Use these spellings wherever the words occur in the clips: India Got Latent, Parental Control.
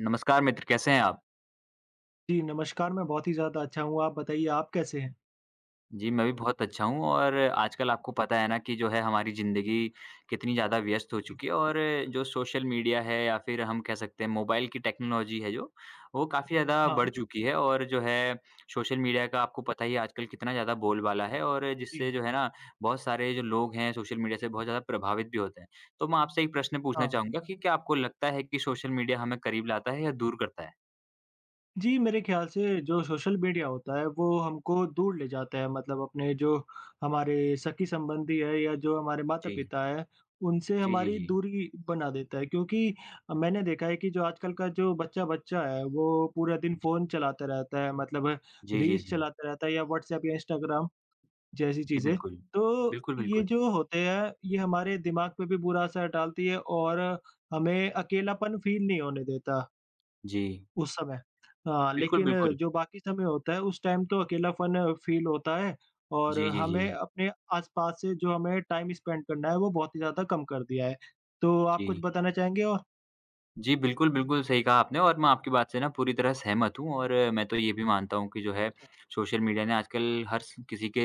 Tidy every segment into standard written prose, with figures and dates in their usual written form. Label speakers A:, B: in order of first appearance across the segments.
A: नमस्कार मित्र, कैसे हैं आप?
B: जी, नमस्कार, मैं बहुत ही ज़्यादा अच्छा हूँ, आप बताइए आप कैसे हैं?
A: जी, मैं भी बहुत अच्छा हूँ और आजकल आपको पता है ना कि जो है हमारी ज़िंदगी कितनी ज़्यादा व्यस्त हो
B: जी।
A: चुकी है और जो सोशल मीडिया है या फिर हम कह सकते हैं मोबाइल की टेक्नोलॉजी है जो, वो काफ़ी ज़्यादा
B: हाँ,
A: बढ़ चुकी है और जो है सोशल मीडिया का आपको पता ही है आजकल कितना ज़्यादा बोलबाला है और
B: जी।
A: जिससे जो है ना बहुत सारे जो लोग हैं सोशल मीडिया से बहुत ज़्यादा प्रभावित भी होते हैं। तो मैं आपसे एक प्रश्न पूछना
B: हाँ।
A: चाहूँगा कि क्या आपको लगता है कि सोशल मीडिया हमें करीब लाता है या दूर करता है?
B: जी, मेरे ख़्याल से जो सोशल मीडिया होता है वो हमको दूर ले जाता है मतलब अपने जो हमारे सखी-संबंधी है या जो हमारे
A: जी।
B: माता-पिता हैं, उनसे
A: जी, जी,
B: हमारी
A: जी।
B: दूरी बना देता है क्योंकि मैंने देखा है कि जो आजकल का जो बच्चा-बच्चा है वो पूरा दिन फ़ोन चलाता रहता है मतलब
A: जी, जी,
B: रील्स
A: जी, जी।
B: चलाता रहता है या व्हाट्सऐप या इंस्टाग्राम जैसी
A: जी,
B: चीज़ें।
A: बिल्कुल।
B: तो
A: बिल्कुल,
B: ये
A: बिल्कुल।
B: जो होते हैं, ये हमारे दिमाग पे भी बुरा असर डालती है और हमें अकेलापन फ़ील नहीं होने देता
A: जी।
B: उस समय। हाँ,
A: बिल्कुल,
B: लेकिन
A: बिल्कुल।
B: जो बाकी समय होता है, उस टाइम तो अकेलापन फ़ील होता है और
A: जी, जी, जी।
B: हमें अपने आस-पास से जो हमें टाइम स्पेंड करना है, वो बहुत ही ज़्यादा कम कर दिया है। तो आप कुछ
A: जी।
B: बताना चाहेंगे और?
A: जी, बिल्कुल, बिल्कुल सही कहा आपने और मैं आपकी बात से ना पूरी तरह सहमत हूँ और मैं तो ये भी मानता हूँ कि जो है
B: अच्छा,
A: सोशल मीडिया ने आजकल हर स किसी के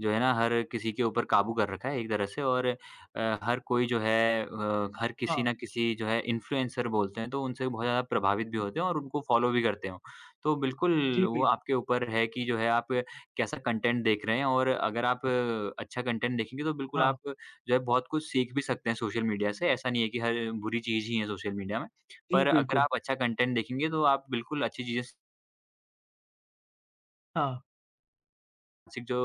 A: जो है ना हर किसी के ऊपर काबू कर रखा है एक तरह से और हर कोई हर किसी
B: हाँ।
A: ना किसी जो है इन्फ्लुएंसर बोलते हैं तो उनसे बहुत ज़्यादा प्रभावित भी होते हैं और उनको फॉलो भी करते हो। तो बिल्कुल,
B: जी,
A: वो
B: बिल्कुल।
A: आपके ऊपर है कि जो है आप कैसा कंटेंट देख रहे हैं और अगर आप अच्छा कंटेंट देखेंगे तो बिल्कुल
B: हाँ,
A: आप जो है बहुत कुछ सीख भी सकते हैं सोशल मीडिया से। ऐसा नहीं है कि हर बुरी चीज़ ही है सोशल मीडिया में।
B: जी,
A: पर अगर
B: बिल्कुल।
A: आप अच्छा कंटेंट देखेंगे तो आप बिल्कुल अच्छी चीज़ें
B: हाँ,
A: मानसिक जो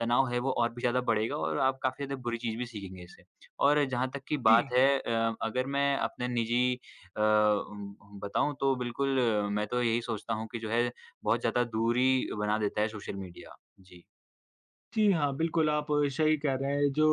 A: तनाव है वो और भी ज़्यादा बढ़ेगा और आप काफ़ी ज़्यादा बुरी चीज़ भी सीखेंगे इससे। और जहाँ तक की
B: जी।
A: बात है अगर मैं अपने निजी बताऊँ तो बिल्कुल मैं तो यही सोचता हूँ कि जो है बहुत ज़्यादा दूरी बना देता है सोशल मीडिया। जी।
B: जी हाँ, बिल्कुल आप सही कह रहे हैं। जो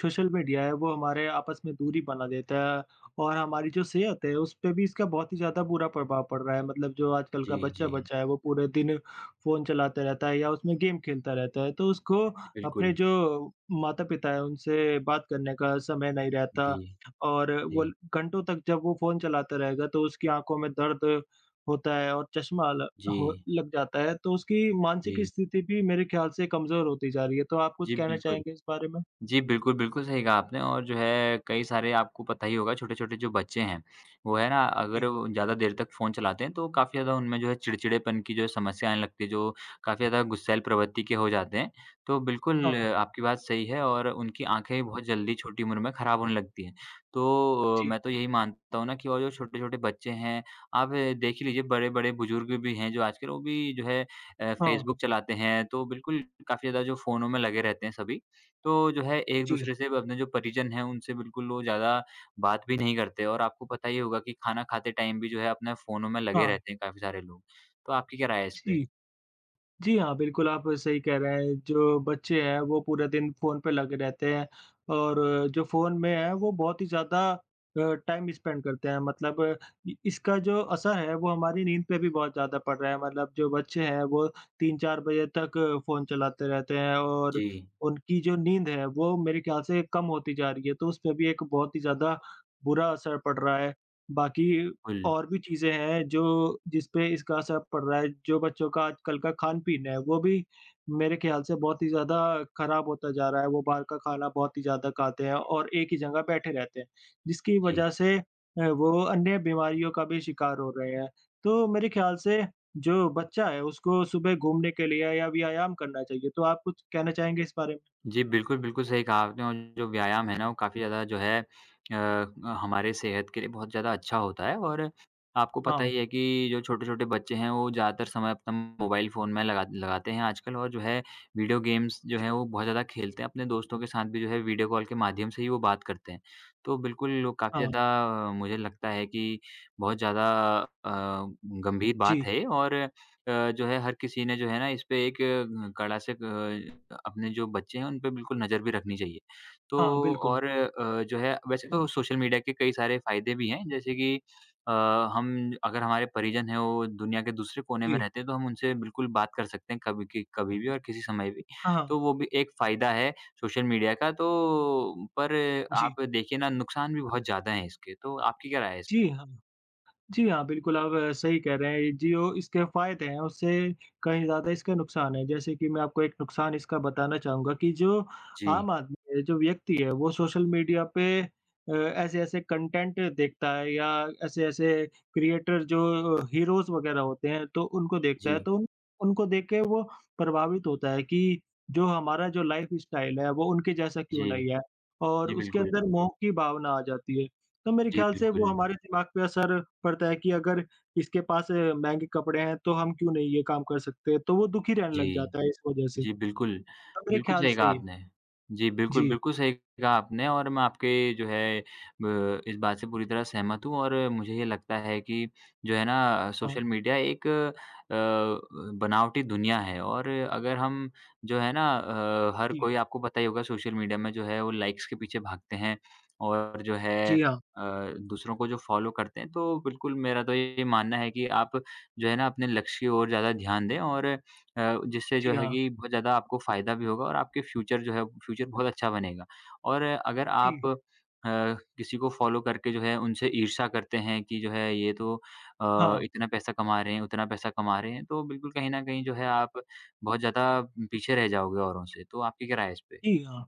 B: सोशल मीडिया है वो हमारे आपस में दूरी बना देता है और हमारी जो सेहत है उस पे भी इसका बहुत ही ज़्यादा बुरा प्रभाव पड़ रहा है। मतलब जो आजकल
A: जी,
B: का
A: जी।
B: बच्चा-बच्चा है वो पूरे दिन फ़ोन चलाता रहता है या उसमें गेम खेलता रहता है। तो उसको
A: जी,
B: अपने
A: बिल्कुल।
B: जो माता-पिता हैं उनसे बात करने का समय नहीं रहता
A: जी,
B: और
A: जी।
B: वो घंटों तक जब वो फ़ोन चलाता रहेगा तो उसकी आँखों में दर्द होता है और चश्मा ल हो
A: जी,
B: लग जाता है, तो उसकी मानसिक
A: जी।
B: स्थिति भी मेरे ख़्याल से कमज़ोर होती जा रही है। तो आप कुछ
A: जी,
B: कहना
A: बिल्कुल।
B: चाहेंगे इस बारे में?
A: जी, बिल्कुल, बिल्कुल सही कहा आपने और जो है कई सारे आपको पता ही होगा छोटे-छोटे जो बच्चे हैं, वो है ना अगर
B: जी।
A: वो ज़्यादा देर तक फ़ोन चलाते हैं तो काफ़ी ज़्यादा उनमें जो है चिड़चिड़ेपन की जो है समस्या आने लगती है, जो काफ़ी ज़्यादा गुस्सैल प्रवृत्ति के हो जाते हैं। तो बिल्कुल
B: हाँ,
A: आपकी बात सही है और उनकी आँखें बहुत जल्दी छोटी उम्र में ख़राब होने लगती हैं। तो
B: जी।
A: मैं तो यही मानता हूँ ना कि और जो छोटे-छोटे बच्चे हैं, आप देख ही लीजिए बड़े-बड़े बुज़ुर्ग भी हैं जो आजकल वो भी
B: हाँ,
A: फ़ेसबुक चलाते हैं, तो बिल्कुल काफ़ी ज़्यादा जो फ़ोनों में लगे रहते हैं सभी। तो जो है
B: जी।
A: एक-दूसरे से अपने जो परिजन हैं उनसे बिल्कुल वो ज़्यादा बात भी नहीं करते और आपको पता ही होगा कि खाना खाते टाइम भी जो है अपने फ़ोनों में लगे
B: हाँ,
A: रहते हैं काफ़ी सारे लोग। तो आपकी क्या राय है इस पे?
B: जी। जी हाँ, बिल्कुल आप सही कह रहे हैं। जो बच्चे हैं वो पूरा दिन फ़ोन पे लगे रहते हैं और जो फ़ोन में है वो बहुत ही ज़्यादा टाइम स्पेंड करते हैं। मतलब इ इसका जो असर है वो हमारी नींद पे भी बहुत ज़्यादा पड़ रहा है। मतलब जो बच्चे हैं वो 3-4 बजे तक फ़ोन चलाते रहते हैं और
A: जी,
B: उनकी जो नींद है वो मेरे ख़्याल से कम होती जा रही है। तो उस पे भी एक बहुत ही ज़्यादा बुरा असर पड़ रहा है। बाकी
A: बिल
B: और भी चीज़ें हैं जो जिस पे इसका असर पड़ रहा है, जो बच्चों का आजकल का खान-पीन है, वो भी मेरे ख़्याल से बहुत ही ज़्यादा ख़राब होता जा रहा है। वो बाहर का खाना बहुत ही ज़्यादा खाते हैं और एक ही जगह बैठे रहते हैं, जिसकी
A: जी।
B: वजह से वो अन्य बीमारियों का भी शिकार हो रहे हैं। तो मेरे ख़्याल से जो बच्चा है, उसको सुबह घूमने के लिए या व्यायाम करना चाहिए। तो आप कुछ कहना चाहेंगे इस बारे में?
A: जी, बिल्कुल, बिल्कुल सही कहा आपने और जो व्यायाम है ना, वो काफ़ी ज़्यादा अ, हमारे सेहत के लिए बहुत ज़्यादा अच्छा होता है और आपको पता
B: हाँ।
A: ही है कि जो छोटे-छोटे बच्चे हैं, वो ज़्यादातर समय अपना मोबाइल फ़ोन में लगाते हैं आजकल और जो है वीडियो गेम्स जो
B: जी,
A: हैं, वो बहुत ज़्यादा खेलते हैं। अपने दोस्तों के साथ भी जो है वीडियो कॉल के माध्यम से ही वो बात करते हैं। तो बिल्कुल वो काफ़ी
B: हाँ,
A: ज़्यादा मुझे लगता है कि बहुत ज़्यादा अ, गंभीर बात
B: जी।
A: है और अ, जो है हर किसी ने इस पे एक कड़ा से क अपने जो बच्चे हैं उन पे बिल्कुल नज़र भी रखनी चाहिए। तो
B: हाँ, बिल्कुल।
A: और अ, जो है वैसे तो सोशल मीडिया के कई सारे फ़ायदे भी हैं जैसे कि अ, हम अगर हमारे परिजन हैं वो दुनिया के दूसरे कोने में
B: जी।
A: रहते हैं तो हम उनसे बिल्कुल बात कर सकते हैं कभी भी और किसी समय भी।
B: हाँ, हाँ।
A: तो वो भी एक फ़ायदा है सोशल मीडिया का तो पर
B: जी।
A: आप देखिए ना नुकसान भी बहुत ज़्यादा हैं इसके। तो आपकी क्या राय है इस पे?
B: जी, हाँ। जी हाँ, बिल्कुल सही कह रहे हैं। जी, वो इसके फ़ायदे हैं, उससे कहीं ज़्यादा इसके नुकसान हैं। जैसे कि मैं आपको एक नुकसान इसका बताना चाहूँगा कि जो
A: जी,
B: आम आदमी है, जो व्यक्ति है, वो सोशल मीडिया पे ऐसे-ऐसे कंटेंट देखता है या ऐसे-ऐसे क्रिएटर जो हीरोज़ वग़ैरह होते हैं, तो उनको देखता है।
A: जी,
B: उनको देख के वो प्रभावित होता है कि जो हमारा जो लाइफ़ स्टाइल है, वो उनके जैसा क्यों
A: जी।
B: नहीं है? और
A: जी,
B: उसके
A: बिल्कुल।
B: अंदर मोह की भावना आ जाती है। तो मेरे
A: जी,
B: ख्याल से वो
A: बिल्कुल।
B: हमारे दिमाग पे असर पड़ता है कि अगर इसके पास महँगे कपड़े हैं, तो हम क्यों नहीं ये काम कर सकते? तो वो दुखी रहने लग
A: जी।
B: जाता है इस वजह से।
A: जी, बिल्कुल।
B: तो मेरे
A: बिल्कुल
B: ख्याल
A: सही कहा
B: से ये
A: आपने। जी, बिल्कुल,
B: जी,
A: बिल्कुल सही कहा आपने और मैं आपके जो है ब इस बात से पूरी तरह सहमत हूँ और मुझे ये लगता है कि जो है ना
B: हाँ,
A: सोशल मीडिया एक बनावटी दुनिया है और अगर हम जो है ना अ, हर
B: जी,
A: कोई आपको पता ही होगा सोशल मीडिया में जो है वो लाइक्स के पीछे भागते हैं और
B: जी हाँ,
A: दूसरों को जो फॉलो करते हैं, तो बिल्कुल मेरा तो ये मानना है कि आप जो है ना अपने लक्ष्य की ओर ज़्यादा ध्यान दें और जिससे
B: जी
A: जो है
B: हाँ,
A: कि बहुत ज़्यादा आपको फ़ायदा भी होगा और आपके फ्यूचर जो है फ्यूचर बहुत अच्छा बनेगा। और अगर
B: जी,
A: आप अ, किसी को फ़ॉलो करके जो है उनसे ईर्ष्या करते हैं कि जो है ये तो
B: हाँ,
A: इतना पैसा कमा रहे हैं, उतना पैसा कमा रहे हैं, तो बिल्कुल कहीं न कहीं जो है आप बहुत ज़्यादा पीछे रह जाओगे औरों से। तो आपकी क्या राय है इस पे?
B: जी हाँ।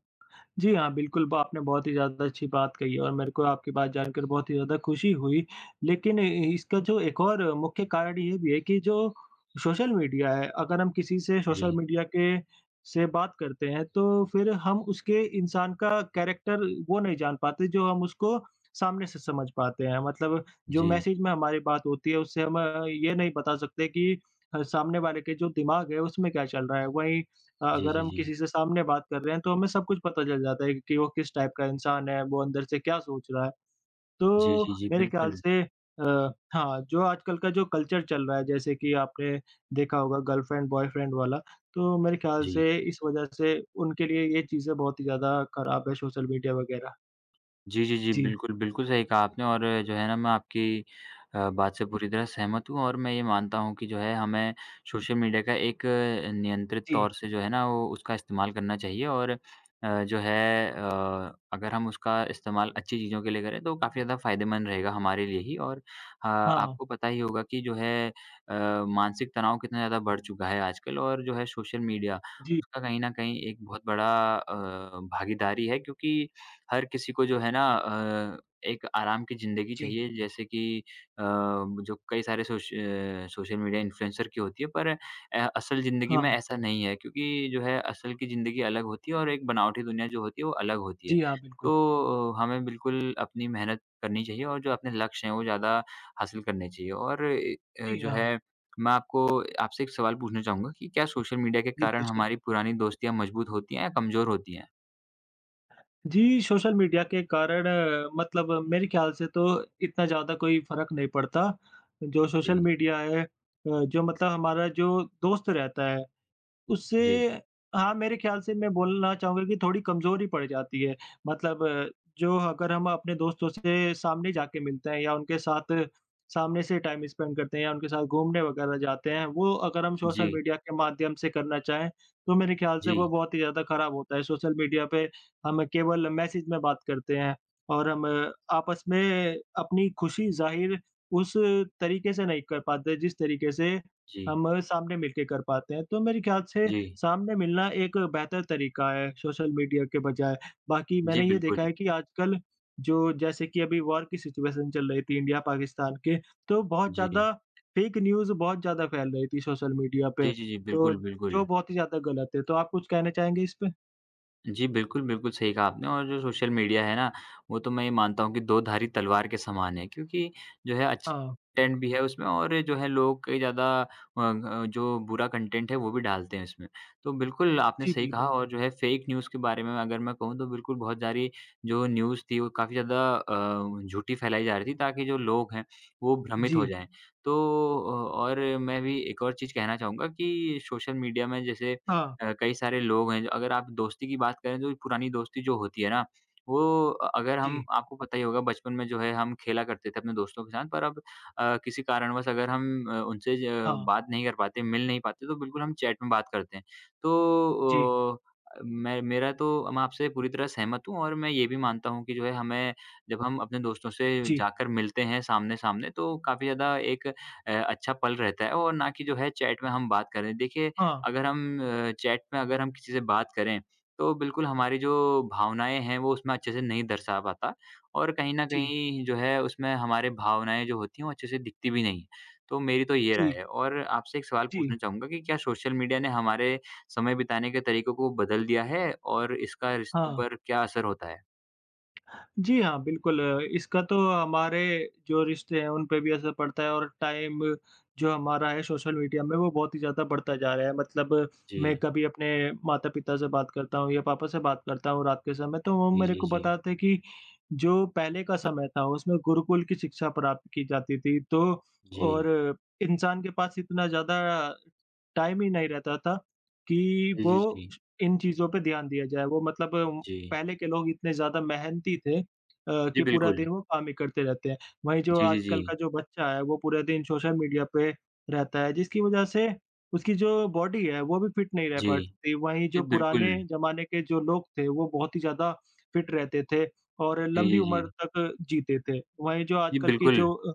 B: जी हाँ, बिल्कुल ब आपने बहुत ही ज़्यादा अच्छी बात कही है और मेरे को आपकी बात जानकर बहुत ही ज़्यादा खुशी हुई। लेकिन इ इसका जो एक और मुख्य कारण ये भी है कि जो सोशल मीडिया है, अगर हम किसी से सोशल
A: जी।
B: मीडिया के से बात करते हैं, तो फिर हम उसके इंसान का कैरेक्टर वो नहीं जान पाते जो हम उसको सामने से समझ पाते हैं। मतलब जो
A: जी।
B: मैसेज में हमारी बात होती है, उससे हम ये नहीं बता सकते कि सामने वाले के जो दिमाग है उसमें क्या चल रहा है। वहीं
A: जी,
B: अगर
A: जी,
B: हम
A: जी।
B: किसी से सामने बात कर रहे हैं तो हमें सब कुछ पता चल जाता है कि वो किस टाइप का इंसान है, वो अंदर से क्या सोच रहा है।
A: जी,
B: तो
A: जी, जी,
B: मेरे ख्याल
A: बिल्कुल।
B: से अ, हाँ, जो आजकल का जो कल्चर चल रहा है जैसे कि आपने देखा होगा गर्लफ्रेंड बॉयफ्रेंड वाला, तो मेरे ख्याल
A: जी।
B: से इस वजह से उनके लिए ये चीज़ें बहुत ही ज़्यादा खराब है सोशल मीडिया वगैरह।
A: जी, जी, जी।
B: जी।
A: बिल्कुल, बिल्कुल सही कहा आपने और जो है ना मैं आपकी बात से पूरी तरह सहमत हूँ और मैं ये मानता हूँ कि जो है हमें सोशल मीडिया का एक नियंत्रित
B: जी।
A: तौर से जो है ना वो उसका इस्तेमाल करना चाहिए और अगर हम उसका इस्तेमाल अच्छी चीज़ों के लिए करें तो काफ़ी ज़्यादा फ़ायदेमंद रहेगा हमारे लिए ही और
B: हाँ।
A: आपको पता ही होगा कि मानसिक तनाव कितना ज़्यादा बढ़ चुका है आजकल और जो है सोशल मीडिया
B: जी।
A: उसका कहीं न कहीं एक बहुत बड़ा अ, भागीदारी है क्योंकि हर किसी को जो है ना अ, एक आराम की ज़िंदगी
B: जी।
A: चाहिए जैसे कि अ, जो कई सारे सोशल मीडिया इन्फ्लुएंसर की होती है पर असल ज़िंदगी में
B: हाँ।
A: ऐसा नहीं है क्योंकि जो है असल की ज़िंदगी अलग होती है और एक बनावटी दुनिया जो होती है वो अलग होती है।
B: जी, हाँ, बिल्कुल।
A: तो हमें बिल्कुल अपनी मेहनत करनी चाहिए और जो अपने लक्ष्य हैं वो ज़्यादा हासिल करने चाहिए और अ,
B: जी,
A: जो
B: हाँ।
A: है मैं आपको आपसे एक सवाल पूछना चाहूँगा कि क्या सोशल मीडिया के
B: जी,
A: कारण
B: पूछिए।
A: हमारी पुरानी दोस्तियाँ मजबूत होती हैं या कमज़ोर होती हैं?
B: जी, सोशल मीडिया के कारण मतलब मेरे ख़्याल से तो इतना ज़्यादा कोई फ़र्क नहीं पड़ता। जो सोशल
A: जी,
B: मीडिया है जो मतलब हमारा जो दोस्त रहता है उससे
A: जी,
B: हाँ, मेरे ख़्याल से मैं बोलना चाहूँगा कि थोड़ी कमज़ोरी पड़ जाती है। मतलब जो अगर हम अपने दोस्तों से सामने जाके मिलते हैं या उनके साथ सामने से टाइम स्पेंड करते हैं या उनके साथ घूमने वग़ैरह जाते हैं, वो अगर हम सोशल
A: जी।
B: मीडिया के माध्यम से करना चाहें, तो मेरे ख़्याल से वो
A: जी,
B: बहुत ही ज़्यादा ख़राब होता है। सोशल मीडिया पे हम केवल मैसेज में बात करते हैं और हम आपस में अपनी खुशी ज़ाहिर उस तरीके से नहीं कर पाते, जिस तरीके से
A: जी,
B: हम सामने मिलके कर पाते हैं। तो मेरे ख़्याल से
A: जी।
B: सामने मिलना एक बेहतर तरीक़ा है सोशल मीडिया के बजाय। बाकी
A: जी,
B: मैंने ये
A: बिल्कुल।
B: देखा है कि आजकल जो जैसे कि अभी वॉर की सिचुएशन चल रही थी इंडिया-पाकिस्तान के, तो बहुत
A: जी।
B: ज़्यादा फ़ेक न्यूज़ बहुत ज़्यादा फैल रही थी सोशल मीडिया पे,
A: जी, जी, जी,
B: तो
A: बिल्कुल, बिल्कुल।
B: जो बहुत ही ज़्यादा गलत है। तो आप कुछ कहना चाहेंगे इस पे?
A: जी, बिल्कुल, बिल्कुल सही कहा आपने और जो सोशल मीडिया है ना, वो तो मैं ये मानता हूँ कि दो धारी तलवार के समान है क्योंकि जो है अच्छा
B: हाँ।
A: कंटेंट भी है उसमें और जो है लोग कई ज़्यादा जो बुरा कंटेंट है वो भी डालते हैं इसमें। तो बिल्कुल आपने
B: जी,
A: सही कहा
B: बिल्कुल।
A: और जो है फेक न्यूज़ के बारे में अगर मैं कहूँ तो बिल्कुल बहुत सारी जो न्यूज़ थी वो काफ़ी ज़्यादा झूठी फैलाई जा रही थी ताकि जो लोग हैं वो भ्रमित
B: जी।
A: हो जाएँ। तो और मैं भी एक और चीज़ कहना चाहूँगा कि सोशल मीडिया में जैसे
B: हाँ।
A: कई सारे लोग हैं, जो अगर आप दोस्ती की बात करें जो पुरानी दोस्ती जो होती है ना, वो अगर हम
B: जी।
A: आपको पता ही होगा बचपन में जो है हम खेला करते थे अपने दोस्तों के साथ पर अब किसी कारणवश अगर हम
B: हाँ।
A: बात नहीं कर पाते, मिल नहीं पाते तो बिल्कुल हम चैट में बात करते हैं।
B: जी।
A: तो अ, मैं मेरा तो मैं आपसे पूरी तरह सहमत हूँ और मैं ये भी मानता हूँ कि जो है हमें जब हम अपने दोस्तों से
B: जी।
A: जाकर मिलते हैं सामने-सामने तो काफ़ी ज़्यादा एक अच्छा पल रहता है और ना कि जो है चैट में हम बात करें। देखिए
B: हाँ।
A: अगर हम अ, चैट में अगर हम किसी से बात करें, तो बिल्कुल हमारी जो भावनाएँ हैं, वो उसमें अच्छे से नहीं दर्शा पाता और कहीं न
B: जी।
A: कहीं उसमें हमारे भावनाएँ जो होती हैं, वो अच्छे से दिखती भी नहीं हैं। तो मेरी तो ये
B: जी।
A: राय है और आपसे एक सवाल
B: जी।
A: पूछना
B: जी
A: चाहूँगा कि क्या सोशल मीडिया ने हमारे समय बिताने के तरीकों को बदल दिया है और इसका रिश्तों
B: हाँ।
A: पर क्या असर होता है?
B: जी हाँ, बिल्कुल, इसका तो हमारे जो रिश्ते हैं उन पे भी असर पड़ता है और टाइम जो हमारा है सोशल मीडिया में वो बहुत ही ज़्यादा बढ़ता जा रहा है। मतलब मैं
A: जी।
B: कभी अपने माता-पिता से बात करता हूँ या पापा से बात करता हूँ रात के समय तो वो
A: जी,
B: मेरे
A: जी,
B: को
A: जी।
B: बताते हैं कि जो पहले का समय था उसमें गुरुकुल की शिक्षा प्राप्त की जाती थी। तो
A: जी।
B: और इंसान के पास इतना ज़्यादा टाइम ही नहीं रहता था कि
A: जी,
B: वो
A: जी, जी।
B: इन चीज़ों पे ध्यान दिया जाए। वो मतलब
A: जी।
B: पहले के लोग इतने ज़्यादा मेहनती थे
A: जी,
B: कि पूरा
A: बिल्कुल।
B: दिन वो काम ही करते रहते हैं। वहीं जो
A: जी, जी, जी।
B: आजकल का जो बच्चा है, वो पूरे दिन सोशल मीडिया पे रहता है, जिसकी वजह से उसकी जो बॉडी है, वो भी फिट नहीं रह
A: जी।
B: पाती। वहीं जो
A: जी,
B: पुराने
A: बिल्कुल।
B: ज़माने के जो लोग थे, वो बहुत ही ज़्यादा फिट रहते थे और
A: जी,
B: लंबी
A: जी, जी।
B: उम्र तक जीते थे। वहीं जो
A: जी,
B: आजकल की
A: बिल्कुल।
B: जो अ,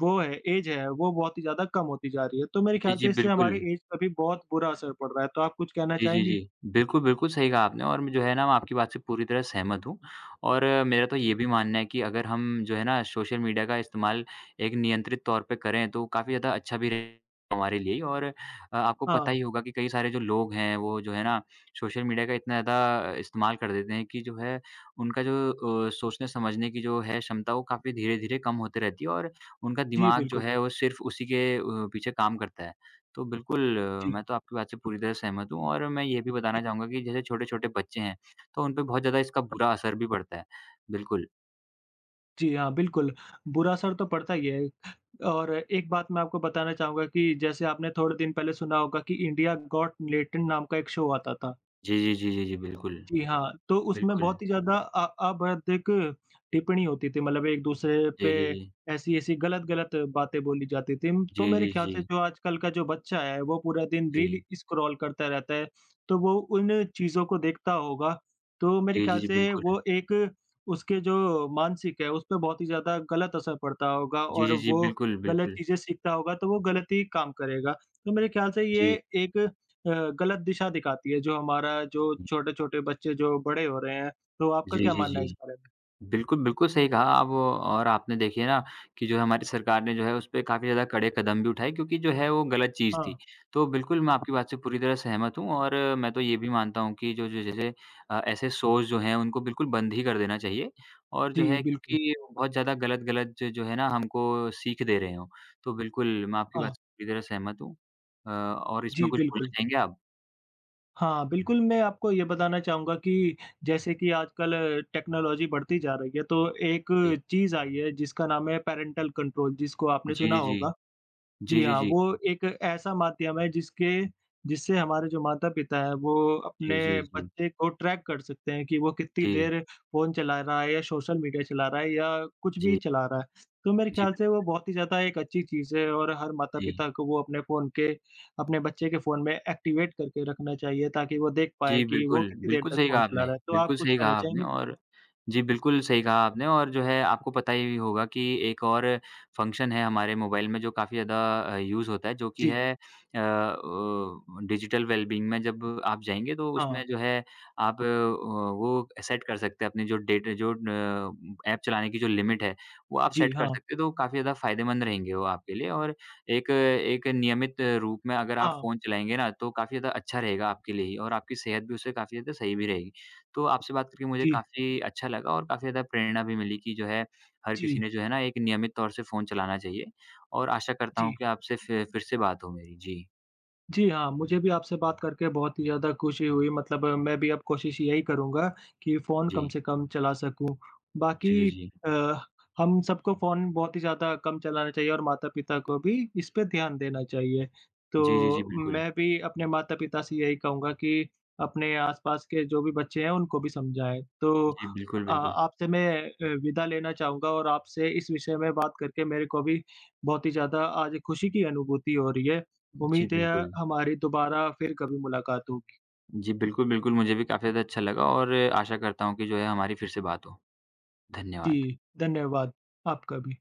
B: वो है, ऐज है, वो बहुत ही ज़्यादा कम होती जा रही है। तो मेरे
A: जी,
B: ख्याल
A: जी,
B: से इससे हमारी
A: बिल्कुल।
B: ऐज पर भी बहुत बुरा असर पड़ रहा है। तो आप कुछ कहना
A: जी, जी,
B: चाहेंगे?
A: जी। बिल्कुल, बिल्कुल सही कहा आपने और मैं जो है ना, मैं आपकी बात से पूरी तरह सहमत हूँ और मेरा तो
B: जी।
A: ये भी मानना है कि अगर हम सोशल मीडिया का इस्तेमाल एक नियंत्रित तौर पे करें, तो काफ़ी ज़्यादा अच्छा भी रहेगा हमारे लिए और आपको पता
B: हाँ।
A: ही होगा कि कई सारे जो लोग हैं, वो सोशल मीडिया का इतना ज़्यादा इस्तेमाल कर देते हैं कि उनका जो सोचने-समझने की जो है क्षमता, वो काफ़ी धीरे-धीरे कम होते रहती है और उनका
B: जी,
A: दिमाग
B: बिल्कुल।
A: वो सिर्फ़ उसी के पीछे काम करता है। तो बिल्कुल,
B: जी।
A: मैं तो आपकी बात से पूरी तरह सहमत हूँ और मैं ये भी बताना चाहूँगा कि जैसे छोटे-छोटे बच्चे हैं, तो उन पे बहुत ज़्यादा इसका बुरा असर भी पड़ता है। बिल्कुल।
B: जी हाँ, बिल्कुल, बुरा असर तो पड़ता ही है। और एक बात मैं आपको बताना चाहूँगा कि जैसे आपने थोड़े दिन पहले सुना होगा कि इंडिया गॉट लेटेंट नाम का एक शो आता था।
A: जी, जी, जी, जी, जी, बिल्कुल,
B: जी हाँ, तो उसमें
A: बिल्कुल।
B: बहुत ही ज़्यादा अभद्रिक टिप्पणी होती थी मतलब एक-दूसरे पे
A: जी, जी, जी।
B: ऐसी-ऐसी गलत-गलत बातें बोली जाती थी। तो
A: जी,
B: मेरे
A: जी,
B: ख्याल
A: जी,
B: से जो आजकल का जो बच्चा है, वो पूरा दिन रील
A: जी।
B: स्क्रॉल करता रहता है, तो वो उन चीज़ों को देखता होगा, तो मेरे
A: जी, जी,
B: ख्याल
A: जी,
B: से
A: बिल्कुल।
B: वो एक उसके जो मानसिक है, उस पे बहुत ही ज़्यादा गलत असर पड़ता होगा
A: जी,
B: और
A: जी, जी,
B: वो
A: बिल्कुल,
B: गलत
A: बिल्कुल।
B: चीज़ें सीखता होगा, तो वो गलत ही काम करेगा। तो मेरे ख्याल से ये
A: जी,
B: एक गलत दिशा दिखाती है, जो हमारा जो
A: जी।
B: छोटे-छोटे बच्चे जो बड़े हो रहे हैं, तो आपका
A: जी,
B: क्या
A: जी,
B: मानना है इस
A: जी।
B: बारे में?
A: बिल्कुल, बिल्कुल सही कहा आप और आपने देखिए ना कि जो है हमारी सरकार ने जो है उस पे काफ़ी ज़्यादा कड़े कदम भी उठाए क्योंकि जो है वो गलत चीज़
B: हाँ,
A: थी। तो बिल्कुल मैं आपकी बात से पूरी तरह सहमत हूँ और मैं तो ये भी मानता हूँ कि जो जो जैसे ऐसे शोज़ जो हैं उनको बिल्कुल बंद ही कर देना चाहिए और
B: जी,
A: जो है
B: बिल्कुल।
A: क्योंकि बहुत ज़्यादा गलत-गलत जो जो है ना हमको सीख दे रहे हों। तो बिल्कुल मैं आपकी
B: हाँ,
A: बात से पूरी तरह सहमत हूँ। और इसमें
B: जी,
A: कुछ बोलना
B: बिल्कुल।
A: चाहेंगे आप?
B: हाँ, बिल्कुल, मैं आपको ये बताना चाहूँगा कि जैसे कि आजकल टेक्नोलॉजी बढ़ती जा रही है, तो एक
A: जी।
B: चीज़ आई है जिसका नाम है पैरेंटल कंट्रोल जिसको आपने
A: जी,
B: सुना
A: जी, जी।
B: होगा। जी
A: जी, जी,
B: हाँ,
A: जी।
B: वो एक ऐसा माध्यम है जिसके जिससे हमारे जो माता-पिता हैं वो अपने
A: जी, जी, जी।
B: बच्चे को ट्रैक कर सकते हैं कि वो कितनी
A: जी,
B: देर फ़ोन चला रहा है या सोशल मीडिया चला रहा है या कुछ भी
A: जी।
B: चला रहा है। तो मेरे
A: जी,
B: ख़्याल से वो
A: बिल्कुल।
B: बहुत ही ज़्यादा एक अच्छी चीज़ है और हर
A: जी।
B: माता-पिता को वो अपने बच्चे के फ़ोन में एक्टिवेट करके रखना चाहिए ताकि वो देख पाए
A: जी,
B: कि वो
A: बिल्कुल।
B: कितनी देर तक फ़ोन चला रहा है। तो आप
A: बिल्कुल
B: कुछ
A: सही कहा
B: कहना
A: आपने
B: चाहेंगे?
A: और जी, बिल्कुल सही कहा आपने और जो है आपको पता ही होगा कि एक और फ़ंक्शन है हमारे मोबाइल में जो काफ़ी ज़्यादा यूज़ होता है जो कि
B: जी,
A: है अ, ओ डिजिटल वेलबीइंग में जब आप जाएँगे तो
B: हाँ।
A: उसमें जो है आप वो सेट कर सकते हैं अपनी जो डेट जो न ऐप चलाने की जो लिमिट है, वो आप
B: जी,
A: सेट कर
B: हाँ।
A: सकते हो तो काफ़ी ज़्यादा फ़ायदेमंद रहेंगे वो आपके लिए और एक एक नियमित रूप में अगर आप
B: हाँ।
A: फ़ोन चलाएँगे ना, तो काफ़ी ज़्यादा अच्छा रहेगा आपके लिए ही और आपकी सेहत भी उससे काफ़ी ज़्यादा सही भी रहेगी। तो आपसे बात करके मुझे
B: जी,
A: काफ़ी अच्छा लगा और काफ़ी ज़्यादा प्रेरणा भी मिली कि हर किसी
B: जी,
A: ने एक नियमित तौर से फ़ोन चलाना चाहिए और आशा करता हूँ
B: जी।
A: कि आपसे फ़िर फ़िर से बात हो मेरी। जी,
B: जी हाँ, मुझे भी आपसे बात करके बहुत ही ज़्यादा खुशी हुई मतलब मैं भी अब कोशिश यही करूँगा कि फ़ोन कम
A: जी।
B: से कम चला सकूँ।
A: जी, जी,
B: बाकी
A: जी।
B: अ, हम सबको फ़ोन बहुत ही ज़्यादा कम चलाना चाहिए और माता-पिता को भी इस पे ध्यान देना चाहिए।
A: जी, जी, जी,
B: तो
A: बिल्कुल।
B: मैं भी अपने माता-पिता से यही कहूँगा कि अपने आस-पास के जो भी बच्चे हैं, उनको भी समझाएँ। तो
A: जी, बिल्कुल, बिल्कुल।
B: आपसे मैं विदा लेना चाहूँगा और आपसे इस विषय में बात करके मेरे को भी बहुत ही ज़्यादा आज खुशी की अनुभूति हो रही है।
A: जी,
B: उम्मीद है
A: बिल्कुल।
B: हमारी दोबारा फिर कभी मुलाकात होगी।
A: जी, बिल्कुल, बिल्कुल, मुझे भी काफ़ी ज़्यादा अच्छा लगा और आशा करता हूँ कि जो है हमारी फ़िर से बात हो। धन्यवाद।
B: जी, धन्यवाद। आपका भी।